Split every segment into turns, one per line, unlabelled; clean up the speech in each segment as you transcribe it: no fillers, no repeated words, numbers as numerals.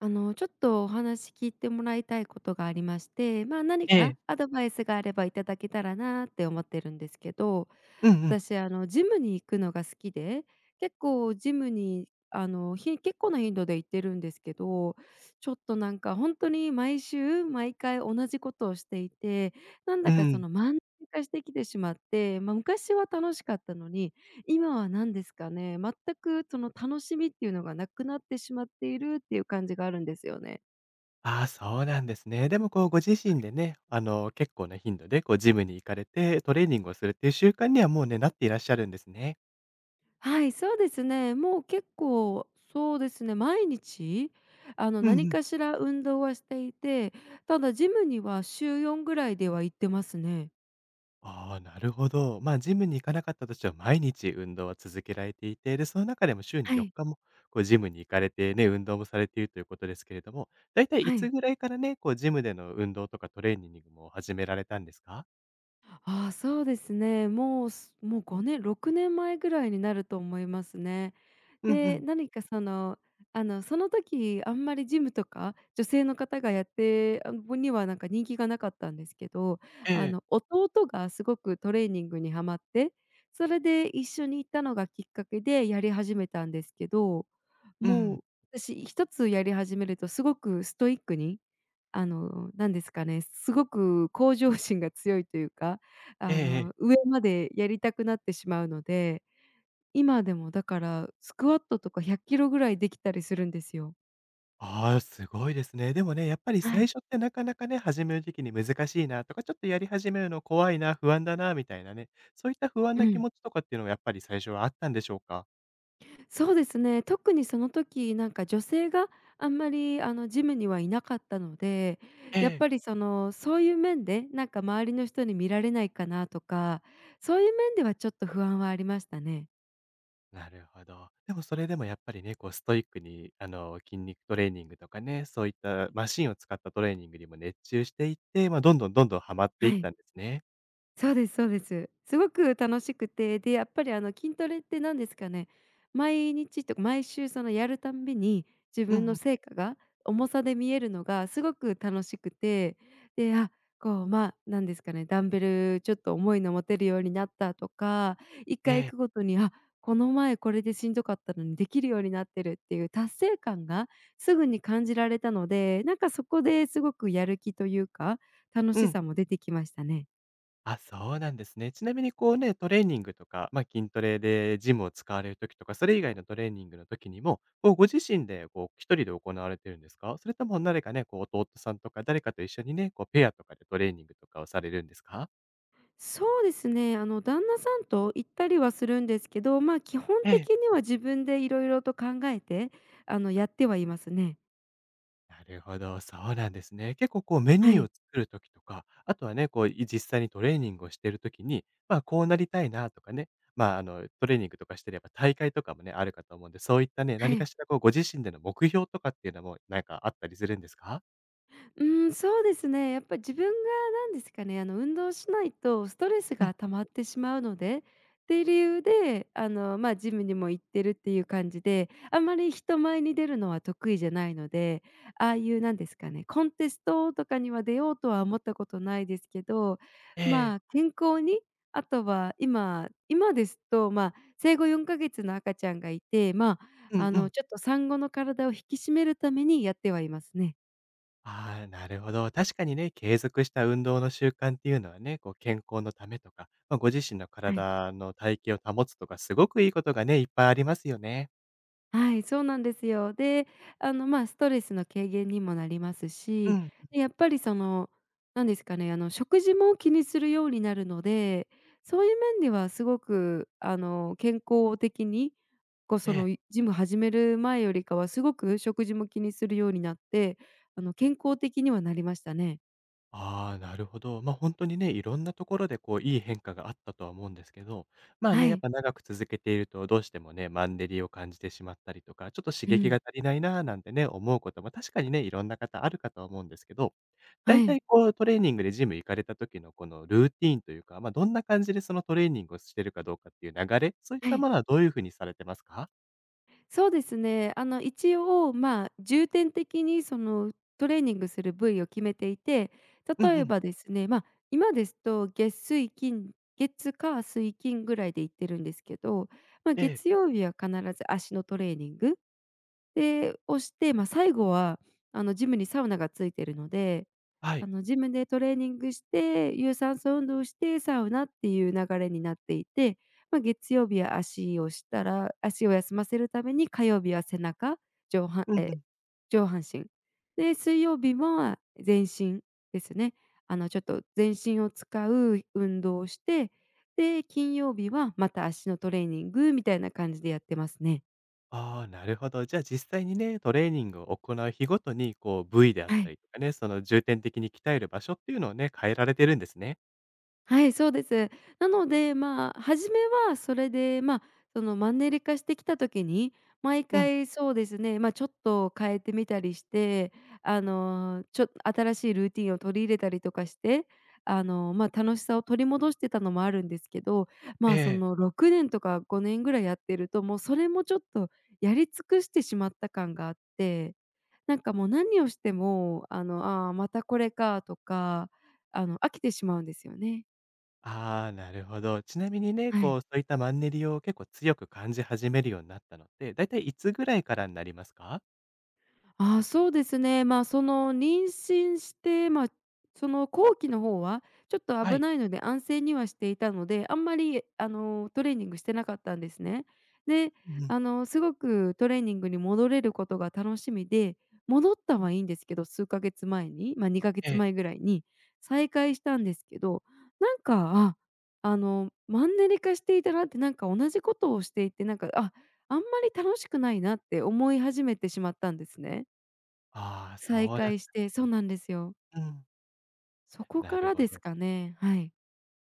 ちょっとお話聞いてもらいたいことがありまして、まあ、何
え
か
え。
アドバイスがあればいただけたらなって思ってるんですけど。
うんうん。
私、ジムに行くのが好きで、結構ジムに、結構な頻度で行ってるんですけど、ちょっとなんか本当に毎週毎回同じことをしていて、なん
う
だかそ
ん。
のマンネリ化してきてしまって、まあ、昔は楽しかったのに、今は何ですかね、全くその楽しみっていうのがなくなってしまっているっていう感じがあるんですよね。
ああ、そうなんですね。でもこうご自身でね、結構な頻度でこうジムに行かれて、トレーニングをするっていう習慣にはもうね、なっていらっしゃるんですね。
はい、そうですね。もう結構そうですね、毎日
うん
何
うん。
かしら運動はしていて、ただジムには週4ぐらいでは行ってますね。
ああ、なるほど。まあ、ジムに行かなかったとしても、毎日運動は続けられていて、で、その中でも週に
は
4
い、
日も、こうジムに行かれてね、運動もされているということですけれども、だいたいい
は
つ
い。
ぐらいからね、こうジムでの運動とかトレーニングも始められたんですか？
ああ、そうですね。もう5年、6年前ぐらいになると思いますね。
うんう
で、
ん。
何かその、あの、その時あんまりジムとか女性の方がやってあにはなんか人気がなかったんですけど、
ええ。
弟がすごくトレーニングにはまって、それで一緒に行ったのがきっかけでやり始めたんですけど、
う
も
ん。
う私一つやり始めるとすごくストイックにあの、なんですかね、すごく向上心が強いというか、
ええええ。
上までやりたくなってしまうので、今でもだから、スクワットとか100キロぐらいできたりするんですよ。
ああ、すごいですね。でもね、やっぱり
は
最
い。
初ってなかなかね、始める時期に難しいなとか、ちょっとやり始めるの怖いな、不安だなみたいなね、そういった不安
う
な気
ん。
持ちとかっていうのはやっぱり最初はあったんでしょうか？
そうですね、特にその時、なんか女性があんまり、ジムにはいなかったので、
え
やっ
え。
ぱりその、そういう面で、なんか周りの人に見られないかなとか、そういう面ではちょっと不安はありましたね。
なるほど。でもそれでもやっぱりね、こうストイックに筋肉トレーニングとかね、そういったマシンを使ったトレーニングにも熱中していって、まあ、どんどんどんどんハマって
は
いった
い。
んですね。
そうですそうです。すごく楽しくて、で、やっぱりあの筋トレって何ですかね、毎日とか毎週そのやるたんびに、自
う
分
んう
の
ん。
成果が重さで見えるのがすごく楽しくて、で、あ、こう、ま、なんですかね、ダンベルちょっと重いの持てるようになったとか、一
え
回行
え。
くごとに、この前これでしんどかったのにできるようになってるっていう達成感がすぐに感じられたので、なんかそこですごくやる気というか、楽
う
し
ん。
さも出てきましたね。
あ、そうなんですね。ちなみにこうね、トレーニングとか、まあ、筋トレでジムを使われる時とか、それ以外のトレーニングの時にも、こうご自身でこう一人で行われてるんですか？それとも誰かね、こう弟さんとか誰かと一緒にね、こうペアとかでトレーニングとかをされるんですか？
そうですね。あの旦那さんと行ったりはするんですけど、まあ、基本
ええ。
的には自分でいろいろと考えて、やってはいますね。
なるほど、そうなんですね。結構こうメニ
は
ューを
い。
作る時とか、あとはね、こうい実際にトレーニングをしてる時に、まあ、こうなりたいなとかね、トレーニングとかしてれば大会とかもね、あるかと思うんで、そういったね、
は
何か
い。
しらこうご自身での目標とかっていうのもなんかあったりするんですか？
うーん、そうですね。やっぱ自分が何ですかね、あの、運動しないとストレス
うん、
が溜まってしまうので、っていう理由で、ジムにも行ってるっていう感じで、あんまり人前に出るのは得意じゃないので、ああいうなんですかね、コンテストとかには出ようとは思ったことないですけど、
え
ま
え、
あ、健康に、あとは今今ですと、ま、生後4か月の赤ちゃんがいて、
うんうん。
ちょっと産後の体を引き締めるためにやってはいますね。
ああ、なるほど。確かにね、継続した運動の習慣っていうのはね、こう健康のためとか、まあ、ご自身の
はい。
体の体型を保つとか、すごくいいことがね、いっぱいありますよね。
はい、そうなんですよ。で、あの、まあ、ストレスの軽減にもなります
う
し、
ん、
でやっぱりその、なんですかね、あの、食事も気にするようになるので、そういう面ではすごく、健康的に、
ええ。
ジム始める前よりかはすごく食事も気にするようになって、健康的にはなりましたね。
ああ、なるほど。ま、あ本当にね、いろんなところでこう、いい変化があったとは思うんですけど、まあね、
は
やっ
い。
ぱ長く続けていると、どうしてもね、マンネリを感じてしまったりとか、ちょっと刺
う
激が
ん。
足りないなーなんてね、思うことも確かにね、いろんな方あるかとは思うんですけど、だ
は
いた
い。
いこう、トレーニングでジム行かれた時のこのルーティーンというか、ま、どんな感じでそのトレーニングをしてるかどうかっていう流れ、そういっ
は
た
い。
ものはどういう風にされてますか？
そうですね。あの一応、まあ、重点的にそのトレーニングする部位を決めていて、
うん
例
う
え
ん。
ばですね、まあ、今ですと月水金月火水金ぐらいで行ってるんですけど、まあ、
え
月
え。
曜日は必ず足のトレーニング。で、押して、まあ、最後は、ジムにサウナがついてるので、
はい。
ジムでトレーニングして、有酸素運動をして、サウナっていう流れになっていて、まあ、月曜日は足をしたら足を休ませるために、火曜日は背中、上半
うんう
え、
ん。
上半身。で、水曜日は全身ですね。ちょっと全身を使う運動をして、で、金曜日はまた足のトレーニングみたいな感じでやってますね。
ああ、なるほど。じゃあ実際にね、トレーニングを行う日ごとに、こう部位であっ
は
た
い。
りとかね、その重点的に鍛える場所っていうのをね、変えられてるんですね。
はい、そうです。なので、まあ、初めはそれで、まあ、そのマンネリ化してきた時に、毎
うん。
回そうですね、まあ、ちょっと変えてみたりして、新しいルーティンを取り入れたりとかして、まあ、楽しさを取り戻してたのもあるんですけど、
え
まあ、そ
え。
の6年とか5年ぐらいやってると、もうそれもちょっとやり尽くしてしまった感があって、なんかもう何をしても、またこれかとか、飽きてしまうんですよね。
ああ、なるほど。ちなみにね、
は
こ
い。
うそういったマンネリを結構強く感じ始めるようになったのって、だいたいいつぐらいからになりますか？
あーそうですね。まあ、その妊娠して、まあ、その後期の方はちょっと
は
危
い。
ないので安静にはしていたので、あんまりあのトレーニングしてなかったんですね。で、
うんうん。
すごくトレーニングに戻れることが楽しみで、戻ったはいいんですけど、数ヶ月前に、まあ、2ヶ
え
月前
え。
ぐらいに再開したんですけど、なんか、ああのマンネリ化していたなって、なんか同じことをしていて、あんまり楽しくないなって思い始めてしまったんですね。
ああ、
再
そうだっ
会し
たんで
て、
す
そう
ね。
なんですよ。
うん。
そこ
な
か
る
ら
ほ
です
ど。
かね。はい。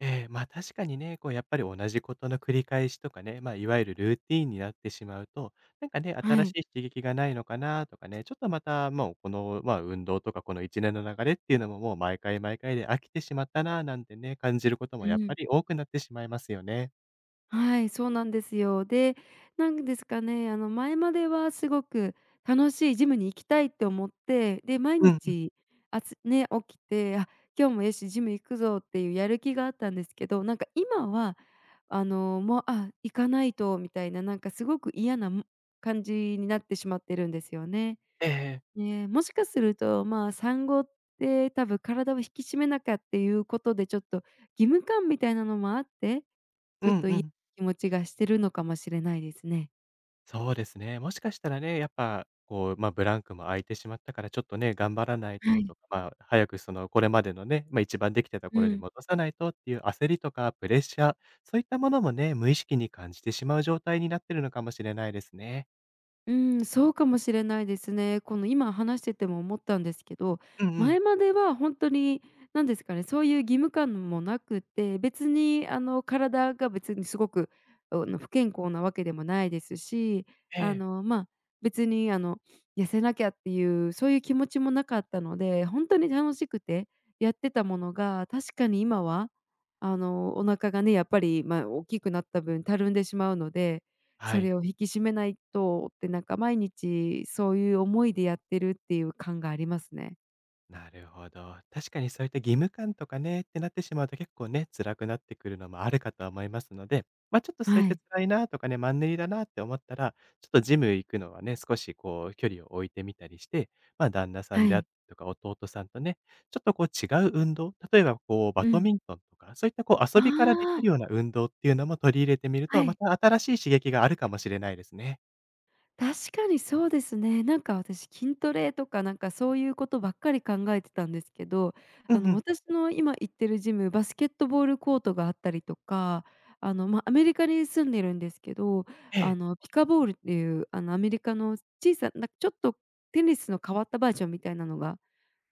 ええ、ま、確かにね、こうやっぱり同じことの繰り返しとかね、ま、あいわゆるルーティーンになってしまうと、なんかね、
は
新し
い。
い刺激がないのかなとかね、ちょっとまたもうこの、ま、運動とかこの一年の流れっていうのももう毎回毎回で飽きてしまったななんてね、感じることも
う
やっぱ
ん。
り多くなってしまいますよね。
はい、そうなんですよ。で、なんですかね、前まではすごく楽しいジムに行きたいって思って、で、毎
うんうん。
日あつね、起きて、今日もよし、ジム行くぞっていうやる気があったんですけど、なんか今は、あの、もう、あ、行かないとみたいな、なんかすごく嫌な、感じになってしまってるんですよね。
ええ。
ね、もしかすると、まあ、産後って多分体を引き締めなきゃっていうことで、ちょっと義務感みたいなのもあって、ち
う
ょっ
ん
と
う
嫌な
ん
気持ちがしてるのかもしれないですね。
そうですね。もしかしたらね、やっぱ、こう、まあ、ブランクも空いてしまったから、ちょっとね、頑張らない
は
とと
い。
か、まあ、早くその、これまでのね、まあ、一番できてた
う
頃に
ん。
戻さないとっていう焦りとかプレッシャー、そういったものもね、無意識に感じてしまう状態になってるのかもしれないですね。
うん、そうかもしれないですね。この今話してても思ったんですけど、
うんうん。
前までは本当に何ですかね、そういう義務感もなくて、別にあの体が別にすごく、不健康なわけでもないですし、
え
あ
え、
の、ま、別にあの痩せなきゃっていうそういう気持ちもなかったので、本当に楽しくてやってたものが、確かに今はあのお腹がね、やっぱり、ま、大きくなった分たるんでしまうので、
は
そ
い。
れを引き締めないとって、なんか毎日そういう思いでやってるっていう感がありますね。
なるほど。確かにそういった義務感とかね、ってなってしまうと結構ね、辛くなってくるのもあるかとは思いますので、まあちょっとそういっ
は
た
い、
辛いなとかね、マンネリだなって思ったら、ちょっとジム行くのはね、少しこう距離を置いてみたりして、まあ旦那さ
は
んであった
い。
りとか弟さんとね、ちょっとこう違う運動、例えばこうバ
う
ド
ん。
ミントンとか、そういったこう
あ
遊びからでき
あ、
るような運動っていうのも取り入れてみると、
は
ま
い。
た新しい刺激があるかもしれないですね。
確かにそうですね。なんか私筋トレとかなんかそういうことばっかり考えてたんですけど、
う
あ
んう
の
ん。
私の今行ってるジム、バスケットボールコートがあったりとか、アメリカに住んでるんですけど、
え
あ
え。
のピカボールっていうあのアメリカの小さなちょっとテニスの変わったバージョンみたいなのが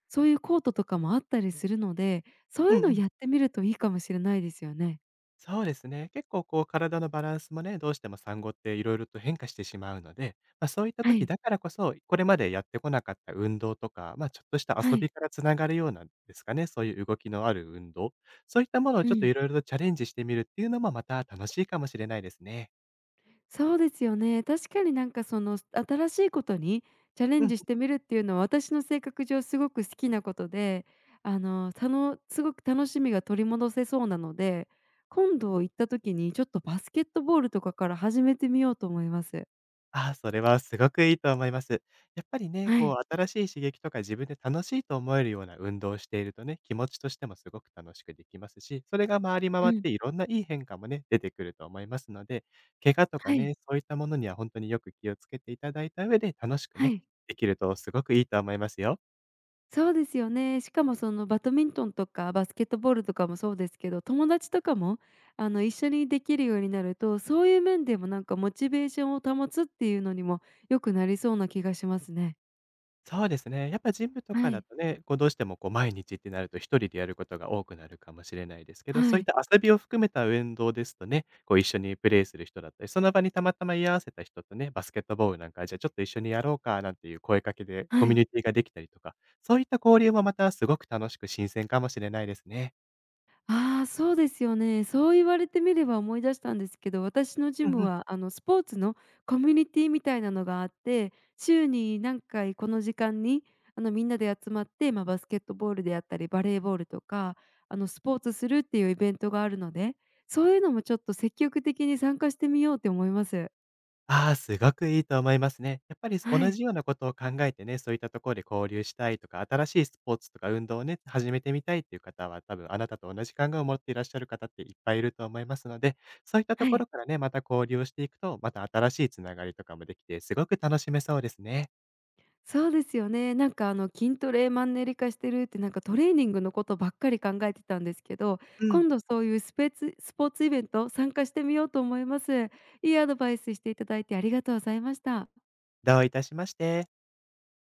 そういうコートとかもあったりするので、そう
う
い
ん
うの
うん。
やってみるといいかもしれないですよね。
そうですね。結構こう体のバランスもね、どうしても産後っていろいろと変化してしまうので、まあ、そういった
は
時
い、
だからこそ、これまでやってこなかった運動とか、まあ、ちょっとした
は
遊び
い、
からつながるようなんですかね、そういう動きのある運動、そういったものを
う
ちょっと
ん、
いろいろとチャレンジしてみるっていうのもまた楽しいかもしれないですね。
そうですよね。確かになんかその新しいことにチャレ
う
ン
ん。
ジしてみるっていうのは私の性格上すごく好きなことで、すごく楽しみが取り戻せそうなので、今度行った時にちょっとバスケットボールとかから始めてみようと思います。
ああ、それはすごくいいと思います。やっぱりね、
は
こ
い、
う新しい刺激とか自分で楽しいと思えるような運動をしているとね、気持ちとしてもすごく楽しくできますし、それが回り
う
回っ
ん、
ていろんないい変化もね、出てくると思いますので、怪我とか
はい、
ね、そういったものには本当によく気をつけていただいた上で楽しく
は
ね、
い。
できるとすごくいいと思いますよ。
そうですよね。しかもそのバドミントンとかバスケットボールとかもそうですけど、友達とかも一緒にできるようになると、そういう面でもなんかモチベーションを保つっていうのにも良くなりそうな気がしますね。
そうですね。やっぱジムとか
は
だ
い、
とね、こうどうしてもこう毎日ってなると一人でやることが多くなるかもしれないですけど、
は
そういっ
い、
た遊びを含めた運動ですとね、こう一緒にプレイする人だったり、その場にたまたま居合わせた人とね、バスケットボールなんか、じゃあちょっと一緒にやろうかなんていう声かけでコ
は
ミュ
い。
ニティができたりとか、そういった交流もまたすごく楽しく新鮮かもしれないですね。
ああ、そうですよね。そう言われてみれば思い出したんですけど、私のジ
うん
ム
うん。
はあのスポーツのコミュニティみたいなのがあって、週に何回この時間にみんなで集まって、まあ、バスケットボールであったり、バレーボールとか、スポーツするっていうイベントがあるので、そういうのもちょっと積極的に参加してみようって思います。
ああ、すごくいいと思いますね。やっぱり同
はい。
じようなことを考えてね、そういったところで交流したいとか、新しいスポーツとか運動をね、始めてみたいっていう方は、多分あなたと同じ考えを持っていらっしゃる方っていっぱいいると思いますので、そういったと
は
ころ
い。
からね、また交流をしていくと、また新しいつながりとかもできて、すごく楽しめそうですね。
そうですよね。なんかあの筋トレマンネリ化してるってなんかトレーニングのことばっかり考えてたんですけど、
うん。
今度そういうスポーツイベント参加してみようと思います。いいアドバイスしていただいてありがとうございました。
どういたしまして。